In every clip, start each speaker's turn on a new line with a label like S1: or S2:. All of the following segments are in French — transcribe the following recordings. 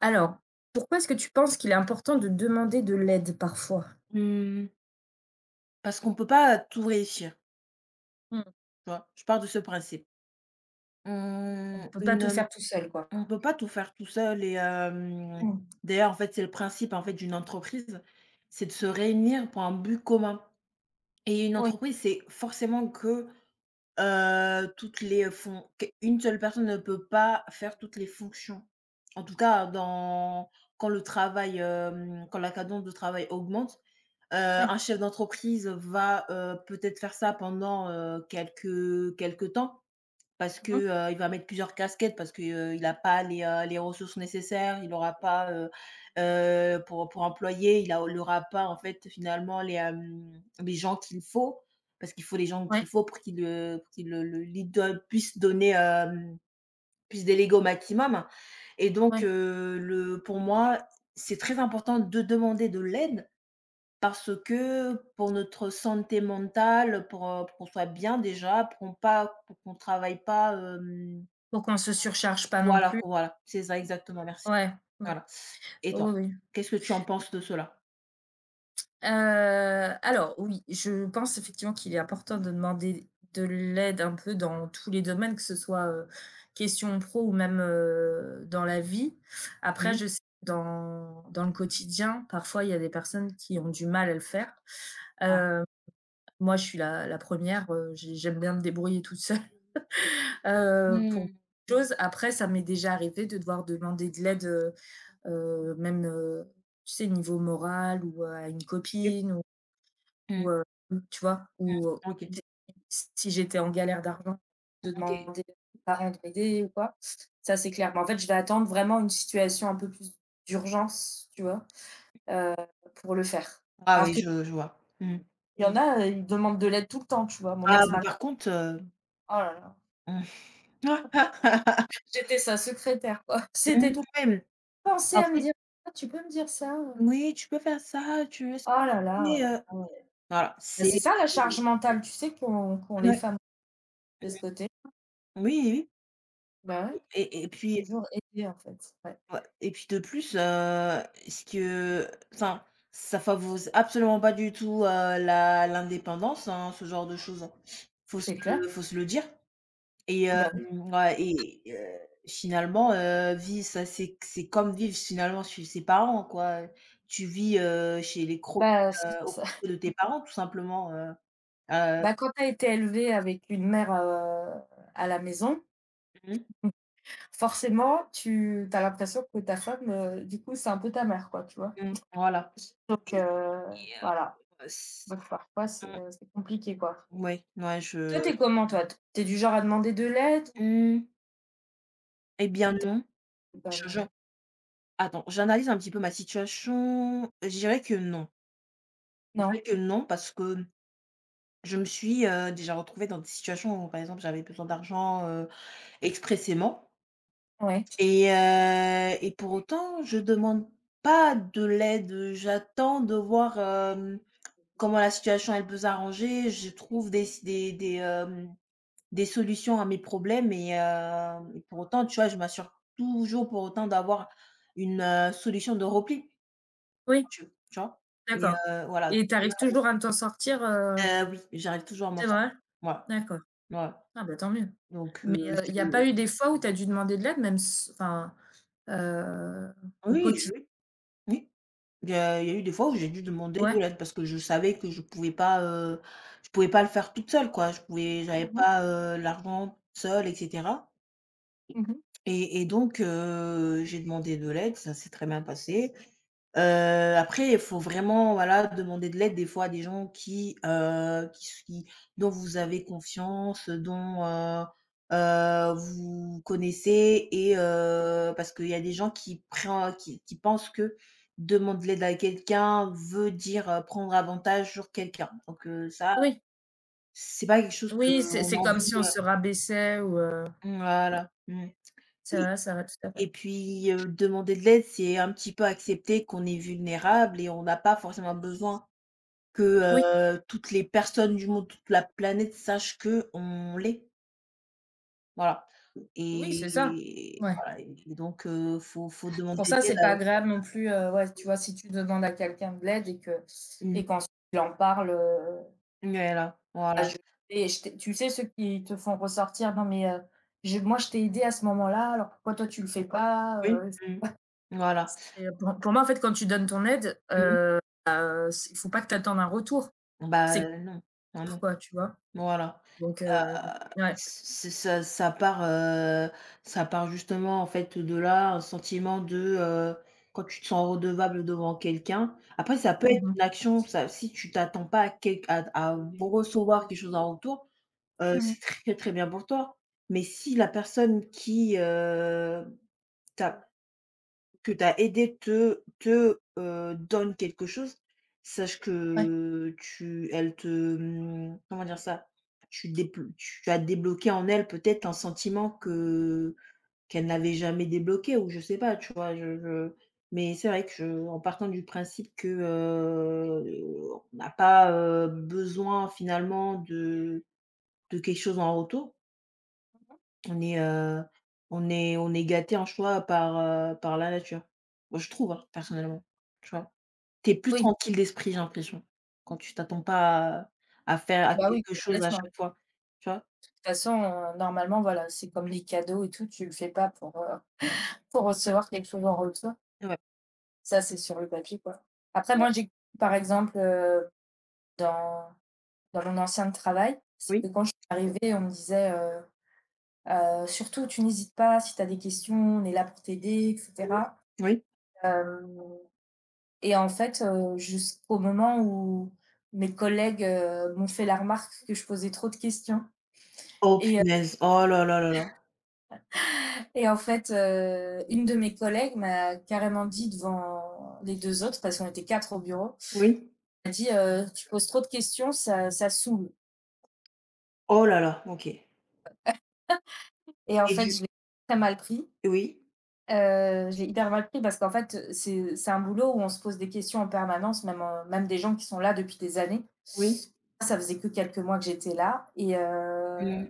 S1: Alors, pourquoi est-ce que tu penses qu'il est important de demander de l'aide parfois?
S2: Mmh, Parce qu'on peut pas tout réussir,
S1: Mmh.
S2: tu vois? Je pars de ce principe.
S1: On ne
S2: On
S1: peut pas tout
S2: une,
S1: faire tout seul, quoi.
S2: on peut pas tout faire tout seul et
S1: Mmh.
S2: d'ailleurs, en fait, c'est le principe, en fait, d'une entreprise, c'est de se réunir pour un but commun et une
S1: Oui,
S2: entreprise, c'est forcément que, toutes les fon qu'une seule personne ne peut pas faire toutes les fonctions. En tout cas, dans quand le travail, quand la cadence de travail augmente. Heu,
S1: oui.
S2: un chef d'entreprise va, peut-être faire ça pendant, quelques temps parce que,
S1: Mmh.
S2: heu, il va mettre plusieurs casquettes parce que, il n'a pas les ressources nécessaires, il n'aura pas, pour employer, il n'aura pas en fait finalement les gens qu'il faut parce qu'il faut les gens
S1: Ouais,
S2: qu'il faut pour qu'il le leader puisse puisse déléguer au maximum et donc
S1: ouais.
S2: le pour moi, c'est très important de demander de l'aide parce que pour notre santé mentale, pour qu'on soit bien déjà, pour qu'on travaille pas, hem
S1: Pour qu'on se surcharge pas non plus.
S2: Voilà, c'est ça exactement, merci.
S1: Ouais, mmh.
S2: Voilà. Et
S1: Oui,
S2: toi,
S1: oui.
S2: qu'est-ce que tu en penses de cela?
S1: Heu, alors oui, je pense effectivement qu'il est important de demander de l'aide un peu dans tous les domaines, que ce soit, question pro ou même, dans la vie. Après,
S2: Mmh.
S1: je sais que dans le quotidien, parfois, il y a des personnes qui ont du mal à le faire.
S2: Ah.
S1: Hem Moi, je suis la 1re, j'aime bien me débrouiller toute seule, pour beaucoup
S2: Mmh.
S1: de choses. Après, ça m'est déjà arrivé de devoir demander de l'aide, même, tu sais, niveau moral ou à une
S2: OK.
S1: copine ou
S2: Mmh,
S1: ou, heu, tu vois? Ou,
S2: mmh. OK,
S1: des Si j'étais en galère d'argent, de
S2: OK.
S1: demander à mes parents de m'aider ou quoi. Ça, c'est clair. Mais en fait, je vais attendre vraiment une situation un peu plus d'urgence, tu vois? Heu, pour le faire.
S2: Ah
S1: Alors
S2: oui,
S1: qu'il
S2: je vois. Mmh.
S1: y en a, ils demandent de l'aide tout le temps, tu vois? Mon
S2: Ah mais
S1: ex-mari,
S2: par contre,
S1: oh là là!
S2: mmh. Mmh,
S1: J'étais sa secrétaire, quoi. C'était tout.
S2: ouais,
S1: Penser
S2: en
S1: à me
S2: fait
S1: dire: «Ah, tu peux me dire ça, heu?»
S2: oui, tu peux faire ça, tu veux ce
S1: Oh
S2: que
S1: là
S2: tu
S1: là, ah ouais.
S2: voilà,
S1: Bah,
S2: c'est
S1: c'est ça la charge mentale, tu sais, qu'ont les
S2: ouais,
S1: femmes de ce côté.
S2: oui, oui
S1: Bah, ouais,
S2: et puis.
S1: toujours aider, en fait, ouais.
S2: Ouais et puis de plus, ce que enfin, ça favorise absolument pas du tout, la l'indépendance, hein, ce genre de choses, hein. Faut se
S1: C'est clair.
S2: Faut se le dire et
S1: Bah, oui.
S2: ouais, finalement, vie ça c'est comme vivre finalement chez ses parents, quoi. Tu vis, chez les crocs
S1: Bah, c'est
S2: aux
S1: ça.
S2: crocs de tes parents tout simplement, heu,
S1: Bah, quand tu as été élevée avec une mère, à la maison,
S2: mmh,
S1: forcément, tu as l'impression que ta femme, du coup, c'est un peu ta mère, quoi, tu vois?
S2: mmh, voilà
S1: Donc
S2: et
S1: heu,
S2: et
S1: voilà.
S2: c
S1: Donc parfois,
S2: mmh,
S1: c'est compliqué, quoi.
S2: ouais, ouais, je
S1: Toi, tu es comment, toi? T Tu es du genre à demander de l'aide
S2: mmh, et bien
S1: ou
S2: non.
S1: bah,
S2: Je
S1: même
S2: Attends, j'analyse un petit peu ma situation. Je dirais que non. Je dirais
S1: non,
S2: que non parce que je me suis, déjà retrouvée dans des situations où, par exemple, j'avais besoin d'argent, expressément
S1: ouais.
S2: et pour autant, je demande pas de l'aide, j'attends de voir comment la situation, elle peut s'arranger. Je trouve des des solutions à mes problèmes et pour autant, tu vois, je m'assure toujours pour autant d'avoir une, solution de repli.
S1: Oui,
S2: Tu tu vois?
S1: d'accord,
S2: Voilà.
S1: et tu arrives toujours à t'en sortir,
S2: Oui, j'arrive toujours à m'en
S1: c'est
S2: sortir.
S1: vrai?
S2: Voilà,
S1: D'accord.
S2: voilà.
S1: Ah bah, tant mieux.
S2: Donc
S1: Mais, il y a pas eu des fois où tu as dû demander de l'aide même s enfin, heu, au quotidi
S2: je oui, oui. Il y a eu des fois où j'ai dû demander
S1: ouais.
S2: de l'aide parce que je savais que je pouvais pas, je pouvais pas le faire toute seule, quoi. Je pouvais
S1: Mmh
S2: J'avais
S1: mh.
S2: pas l'argent seule et cetera.
S1: Mmh mh.
S2: Et donc j'ai demandé de l'aide, ça s'est très bien passé. Heu, après, il faut vraiment, voilà, demander de l'aide des fois à des gens qui dont vous avez confiance, dont, vous connaissez et parce qu'il y a des gens qui prennent, qui pensent que demander de l'aide à quelqu'un veut dire, prendre avantage sur quelqu'un. Donc ça,
S1: Oui,
S2: c'est pas quelque chose
S1: oui, c'est
S2: qu'on a
S1: c'est comme
S2: envie,
S1: si on
S2: heu
S1: se rabaissait ou,
S2: Voilà. Mmh.
S1: c'est vrai, tout à fait.
S2: Et puis, demander de l'aide, c'est un petit peu accepter qu'on est vulnérable et on n'a pas forcément besoin
S1: Oui,
S2: que toutes les personnes du monde, toute la planète sachent que on l'est. Voilà
S1: oui, c'est ça.
S2: et
S1: Ouais.
S2: voilà et donc faut faut demander
S1: Pour
S2: de
S1: ça,
S2: l'aide
S1: c'est pas
S2: à
S1: agréable non plus, ouais, tu vois, si tu demandes à quelqu'un de l'aide et que
S2: mmh,
S1: et qu'ensuite il en parle,
S2: voilà,
S1: ah,
S2: voilà.
S1: je je t'ai, tu sais, ceux qui te font ressortir: «Non mais, j'ai moi je t'ai aidé à ce moment-là, alors pourquoi toi tu le fais pas?»
S2: Oui, mmh, voilà.
S1: C'est, pour moi en fait, quand tu donnes ton aide,
S2: Mmh,
S1: c'est, il faut pas que tu attendes un retour.
S2: bah,
S1: C'est
S2: non, ah
S1: clair
S2: non,
S1: quoi, tu vois?
S2: voilà.
S1: Donc heu,
S2: Heu,
S1: ouais.
S2: c Ça part justement en fait de là, un sentiment de, quand tu te sens redevable devant quelqu'un. Après ça peut
S1: Mmh
S2: être
S1: mh.
S2: une action, ça si tu t'attends pas à quel à recevoir quelque chose en retour,
S1: Mmh. mh.
S2: c'est très, très bien pour toi. Mais si la personne qui, t'a que tu as aidé te donne quelque chose, sache
S1: Ouais.
S2: que tu elle te, mmh, comment dire ça? Tu as débloqué en elle peut-être un sentiment que qu'elle n'avait jamais débloqué ou je sais pas, tu vois? Je mais c'est vrai que je en partant du principe que, on n'a pas, besoin finalement de quelque chose en retour on est, heu, on est gâté en choix par, par la nature. Moi, je trouve, hein, personnellement, tu vois? T'es plus
S1: Oui,
S2: tranquille d'esprit, j'ai l'impression, quand tu t'attends pas à à faire à
S1: bah oui,
S2: quelque chose à
S1: complètement. De
S2: chaque fois, tu vois?
S1: toute façon, normalement voilà, c'est comme les cadeaux et tout, tu le fais pas pour, pour recevoir quelque chose en retour.
S2: Ouais,
S1: Ça, c'est sur le papier quoi. Après
S2: ouais.
S1: moi j'ai par exemple, dans dans mon ancien travail, c'est que
S2: Oui.
S1: quand je suis arrivée, on me disait, «Surtout, tu n'hésites pas, si tu as des questions, on est là pour t'aider et
S2: Mmh.
S1: cetera».
S2: Oui.
S1: Hem Et en fait, jusqu'au moment où mes collègues, m'ont fait la remarque que je posais trop de questions
S2: Oh
S1: et heu
S2: punaise! Oh là là là là.
S1: et en fait, une de mes collègues m'a carrément dit devant les 2 autres, parce qu'on était 4 au bureau,
S2: Oui.
S1: elle m'a dit: tu poses trop de questions, ça saoule»
S2: Oh là là, OK.
S1: et en
S2: Et
S1: fait,
S2: du
S1: je l'ai très mal pris.
S2: Oui,
S1: J'ai hyper mal pris parce qu'en fait, c'est un boulot où on se pose des questions en permanence, même, même des gens qui sont là depuis des années.
S2: oui.
S1: Ça faisait que quelques mois que j'étais là
S2: Mmh.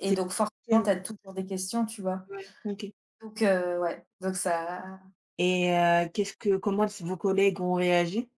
S1: et
S2: C'est
S1: donc forcément, tu as toujours des questions, tu vois?
S2: Ouais, OK.
S1: Ouais, donc ça
S2: Et qu'est-ce que comment vos collègues ont réagi?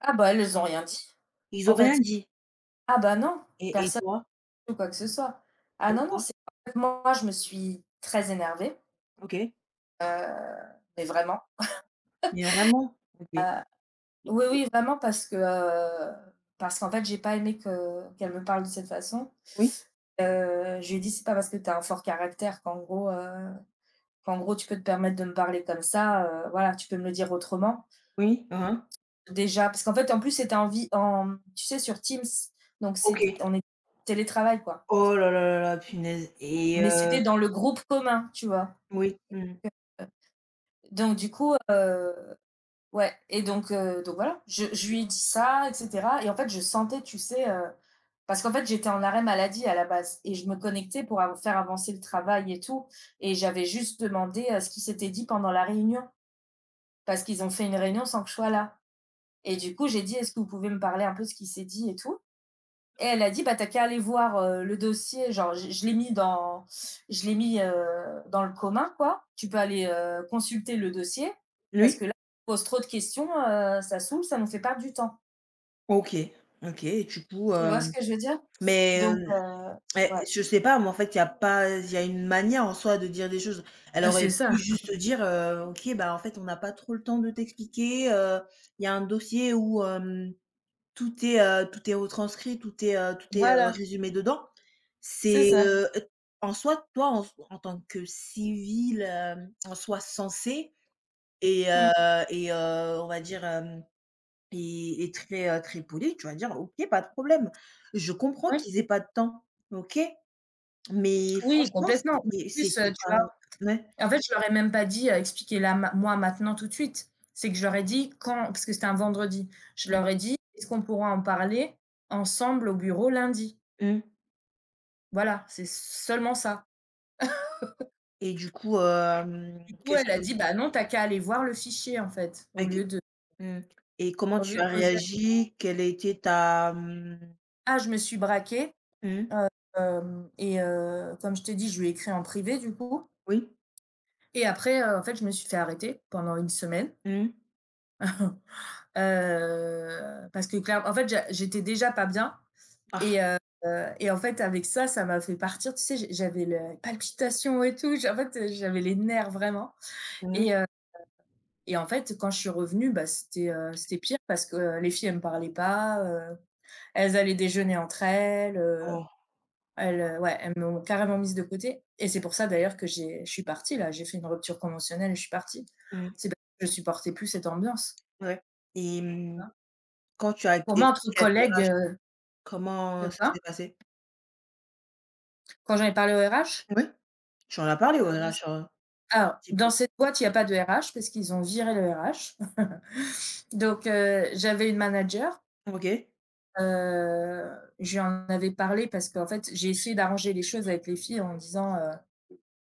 S1: «Ah bah, elles ont rien dit».
S2: Ils ont
S1: En
S2: rien
S1: fait,
S2: dit?
S1: «Ah bah, non,
S2: Et
S1: personne
S2: toi?
S1: ou quoi que ce soit». Ah
S2: Et
S1: non, non,
S2: toi?
S1: c'est en fait, moi, je me suis très énervée,
S2: OK.
S1: heu, mais vraiment.
S2: Mais vraiment? OK
S1: Oui,
S2: et
S1: oui, vraiment parce que, parce qu'en fait, j'ai pas aimé que qu'elle me parle de cette façon.
S2: oui,
S1: Je lui ai dit: «C'est pas parce que tu as un fort caractère qu'en gros tu peux te permettre de me parler comme ça, voilà, tu peux me le dire autrement».
S2: oui, hein, hein.
S1: Déjà parce qu'en fait, en plus, c'était en vi en tu sais, sur Teams, donc
S2: OK.
S1: c'est on est télétravail, quoi,
S2: Oh là là là là, punaise et
S1: mais c'était dans le groupe commun, tu vois?
S2: oui, mmh.
S1: Heu, donc du coup, ouais, et donc voilà, je lui ai dit ça et cetera et en fait, je sentais, tu sais, parce qu'en fait, j'étais en arrêt maladie à la base et je me connectais pour av faire avancer le travail et tout et j'avais juste demandé, ce qui s'était dit pendant la réunion, parce qu'ils ont fait une réunion sans que je sois là et du coup, j'ai dit: «Est-ce que vous pouvez me parler un peu de ce qui s'est dit et tout?» Et elle a dit: «Bah, t'as qu'à aller voir, le dossier». Genre, je l'ai mis dans je l'ai mis, dans le commun, quoi. Tu peux aller, consulter le dossier parce
S2: Lui?
S1: que là, on pose trop de questions, ça saoule, ça nous fait perdre du temps.
S2: OK, OK et du coup,
S1: Tu vois ce
S2: hem,
S1: que je veux dire?
S2: mais,
S1: Donc
S2: hem,
S1: heu, ouais.
S2: eh, je sais pas moi en fait, il y a pas il y a une manière en soi de dire des choses. Elle
S1: Ah,
S2: aurait
S1: c'est ça.
S2: pu juste dire, «OK, bah, en fait, on n'a pas trop le temps de t'expliquer, il y a un dossier où, hem». Tout est retranscrit, tout est,
S1: Voilà,
S2: résumé dedans.
S1: c'est
S2: C'est,
S1: ça.
S2: en soi, toi, en tant que civil, hem, en soi censé et
S1: Mmh.
S2: on va dire, hem et très, très poli, tu vas dire: «OK, pas de problème. Je comprends
S1: Oui,
S2: qu'ils aient pas de temps, OK? Mais
S1: oui,
S2: franchement,
S1: complètement. Mais
S2: c'était
S1: en plus,
S2: c'était
S1: tu
S2: pas».
S1: vois?
S2: Ouais.
S1: En fait, je leur ai même pas dit, «Expliquez-la ma moi maintenant tout de suite». C'est que je leur ai dit quand parce que c'était un vendredi. Je
S2: Mmh
S1: leur ai dit: «Est-ce qu'on pourra en parler ensemble au bureau lundi?»
S2: mh
S1: Voilà, c'est seulement ça.
S2: et du coup, hem,
S1: Du coup,
S2: qu'est-ce
S1: elle a
S2: que
S1: dit: «Bah non, tu as qu'à aller voir le fichier, en fait»,
S2: OK. Mmh et comment
S1: au
S2: tu
S1: lieu de
S2: as
S1: poser la ques
S2: réagi? Quelle a été ta, mmh.
S1: ah, je me suis braquée,
S2: Mmh.
S1: hem et comme je t'ai dit, je lui ai écrit en privé, du coup
S2: Oui.
S1: et après, en fait, je me suis fait arrêter pendant une semaine,
S2: Mmh.
S1: parce que clair en fait, j'étais déjà pas bien
S2: Ah!
S1: et heu et en fait, avec ça, ça m'a fait partir, tu sais, j'avais les palpitations et tout, j en fait, j'avais les nerfs vraiment
S2: Mmh.
S1: et et en fait, quand je suis revenue, bah, c'était pire parce que, les filles, elles me parlaient pas, elles allaient déjeuner entre elles,
S2: Oh.
S1: ouais, elles m'ont carrément mise de côté et c'est pour ça d'ailleurs que j'ai je suis partie là, j'ai fait une rupture conventionnelle et je suis partie.
S2: Mmh.
S1: C'est parce que je supportais plus cette ambiance,
S2: Ouais et
S1: tu
S2: mmh,
S1: vois?
S2: quand tu as
S1: Pour moi, entre
S2: expliqué à tes
S1: collègues,
S2: RH
S1: de
S2: comment ça
S1: quoi?
S2: s'est passé?
S1: Quand j'en ai parlé au RH?
S2: Ouais? Tu en as parlé aux
S1: Alors dans
S2: RH,
S1: alors
S2: petit peu?
S1: dans cette boîte, il n'y a pas de RH parce qu'ils ont viré le RH. J'avais une manager.
S2: OK.
S1: Heu, J'en avais parlé parce qu'en fait, j'ai essayé d'arranger les choses avec les filles en disant,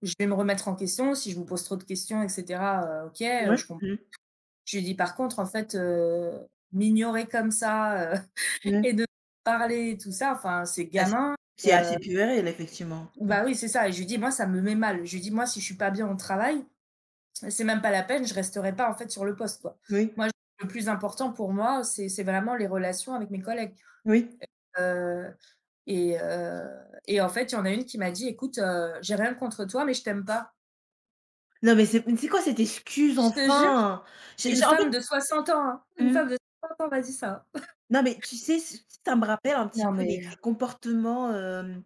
S1: «Je vais me remettre en question, si je vous pose trop de questions et cetera, OK,
S2: Ouais.
S1: je com»
S2: Mmh.
S1: je lui ai dit: «Par contre, en fait, m'ignorer comme ça, et
S2: Mmh.
S1: de parler et tout ça, enfin, c'est
S2: Ah
S1: gamin»
S2: c'est
S1: et
S2: assez puéril effectivement. Mmh.
S1: bah, oui, c'est ça et je lui dis: «Moi, ça me met mal». Je lui dis: «Moi, si je suis pas bien au travail, c'est même pas la peine, je resterai pas, en fait, sur le poste, quoi.
S2: Oui,
S1: Moi, le plus important pour moi, c'est vraiment les relations avec mes collègues».
S2: oui.
S1: Heu et heu et en fait, il y en a une qui m'a dit: «Écoute, j'ai rien contre toi, mais je t'aime pas».
S2: Non mais c'est quoi cette excuse
S1: Je te jure,
S2: enfin? J'ai
S1: une
S2: j'ai en fait
S1: femme de 60 ans, hein, une
S2: mmh.
S1: femme de 60 ans m'a dit ça.
S2: Non mais tu sais, ç ça me rappelle un petit
S1: Non
S2: peu les
S1: mais
S2: comportements, hem,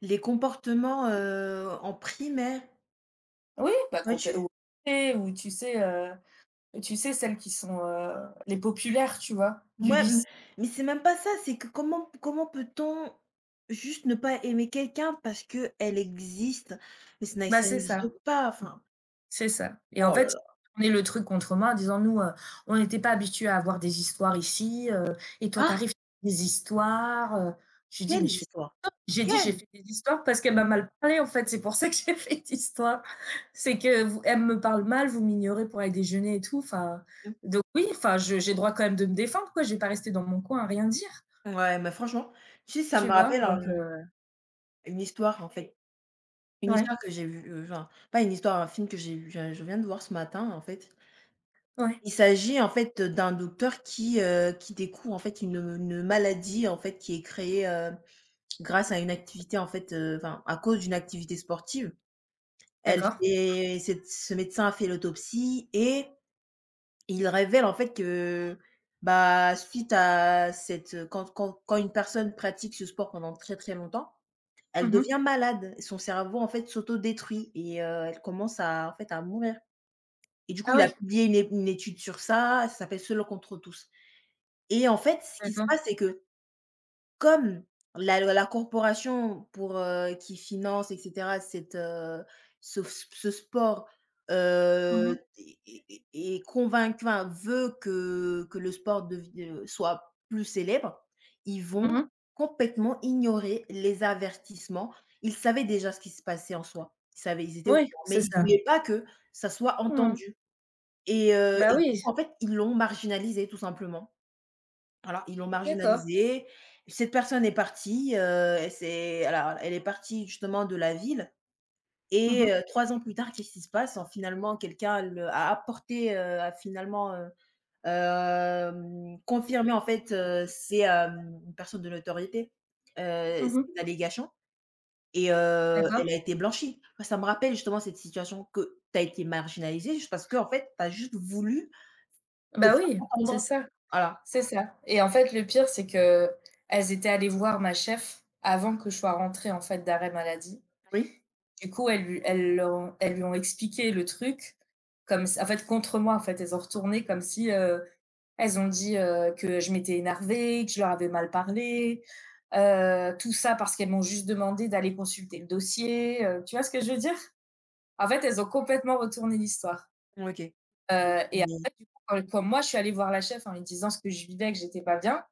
S2: les comportements, en primaire.
S1: oui, bah,
S2: Vois-tu?
S1: complè ou et- ou tu sais, heu, tu sais celles qui sont, les populaires, tu vois, du
S2: Ouais, m
S1: lycée.
S2: mais c'est même pas ça, c'est que comment comment peut-on juste ne pas aimer quelqu'un parce que elle existe?
S1: Bah,
S2: Ça n'existe pas, enfin,
S1: c'est ça et en
S2: oh là
S1: fait,
S2: là.
S1: on est le truc contre moi en disant: «Nous, on n'était pas habitués à avoir des histoires ici, et toi tu
S2: Ah!
S1: arrives des histoires». Je lui dis:
S2: Quelle
S1: «Mais je
S2: histoire!
S1: J'ai dit: «J'ai
S2: Quelle!
S1: fait des histoires parce qu'elle
S2: Mmh.
S1: m'a mal parlé, en fait, c'est pour ça que j'ai fait d'histoires. C'est que vous elle me parle mal, vous m'ignorez pour aller déjeuner et tout», enfin, donc oui, enfin, je j'ai droit quand même de me défendre, quoi. Je vais pas rester dans mon coin à rien dire,
S2: Ouais, mais franchement, tu sais, ça me
S1: tu vois?
S2: rappelle un une histoire, en fait. Une
S1: Ouais,
S2: histoire que j'ai vue, pas une histoire, un film que j'ai vu je viens de voir ce matin, en fait.
S1: ouais,
S2: Il s'agit, en fait, d'un docteur qui découvre, en fait, une maladie, en fait, qui est créée, grâce à une activité en fait, enfin à cause d'une activité sportive, elle
S1: d'accord.
S2: fait cette ce médecin a fait l'autopsie et il révèle en fait que, bah, suite à cette, quand une personne pratique ce sport pendant très, très longtemps, elle
S1: Mmh.
S2: devient malade. Son cerveau en fait s'auto détruit et elle commence à en fait à mourir et du coup
S1: Ah
S2: il
S1: oui,
S2: a publié une é une étude sur ça, ça s'appelle Seul contre tous et en fait, ce qui se
S1: d'accord.
S2: passe, c'est que comme la corporation pour, qui finance et cetera cette, ce ce sport,
S1: Mmh
S2: heu,
S1: mh.
S2: est est est convaincu enfin, veut que le sport dev soit plus célèbre, ils vont
S1: Mmh.
S2: complètement ignorer les avertissements. Ils savaient déjà ce qui se passait en soi. Ils savaient, ils étaient au
S1: Oui,
S2: courant, mais
S1: c'est
S2: ils ne
S1: ça.
S2: voulaient pas que ça soit
S1: Mmh.
S2: entendu et
S1: Bah
S2: du
S1: oui,
S2: coup, en fait, ils l'ont marginalisé tout simplement. Voilà, ils l'ont
S1: d'accord.
S2: marginalisée. Cette personne est partie, elle s'est alors elle est partie justement de la ville
S1: Mmh mh.
S2: et 3 ans plus tard, qu'est-ce qui se passe? En finalement, quelqu'un le a apporté, a finalement, confirmé en fait, c'est, hem, une personne de notoriété,
S1: Mmh.
S2: ces allégations et
S1: D'accord.
S2: elle a été blanchie. Moi, ça me rappelle justement cette situation que tu as été marginalisée juste parce que en fait, tu as juste voulu te
S1: Bah
S2: faire
S1: oui, c'est
S2: entendre.
S1: ça.
S2: Voilà.
S1: C'est ça et en fait, le pire, c'est que elles étaient allées voir ma chef avant que je sois rentrée, en fait, d'arrêt maladie.
S2: Oui?
S1: Du coup, elles lui ont expliqué le truc comme s en fait, contre moi, en fait. Elles ont retourné comme si, elles ont dit, que je m'étais énervée, que je leur avais mal parlé, tout ça parce qu'elles m'ont juste demandé d'aller consulter le dossier, tu vois ce que je veux dire? En fait, elles ont complètement retourné l'histoire,
S2: OK.
S1: et
S2: Mmh.
S1: après, du coup, quand moi, je suis allée voir la chef en lui disant ce que je vivais, que j'étais pas bien,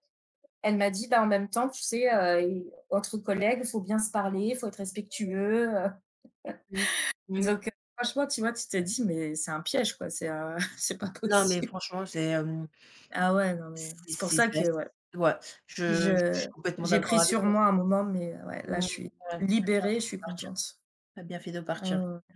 S1: elle m'a dit, bah, en même temps, tu sais, et entre collègues, il faut bien se parler, il faut être respectueux,
S2: Mmh. Mmh.
S1: donc heu, franchement, tu vois, tu t'es dit «Mais c'est un piège, quoi, c'est, c'est pas
S2: Non, mais
S1: possible».
S2: franchement, c'est, hem,
S1: Ah ouais, non, mais c'est pour ça
S2: c'est ass
S1: que ouais,
S2: ouais, je
S1: je
S2: suis complètement
S1: j'ai pris
S2: d'accord avec
S1: sur
S2: toi.
S1: moi un moment, mais ouais, là,
S2: Mmh,
S1: je suis
S2: ouais,
S1: libérée, je
S2: de
S1: suis
S2: partir.
S1: contente.
S2: Tu as bien fait de
S1: Ah
S2: partir.
S1: ouais, ouais.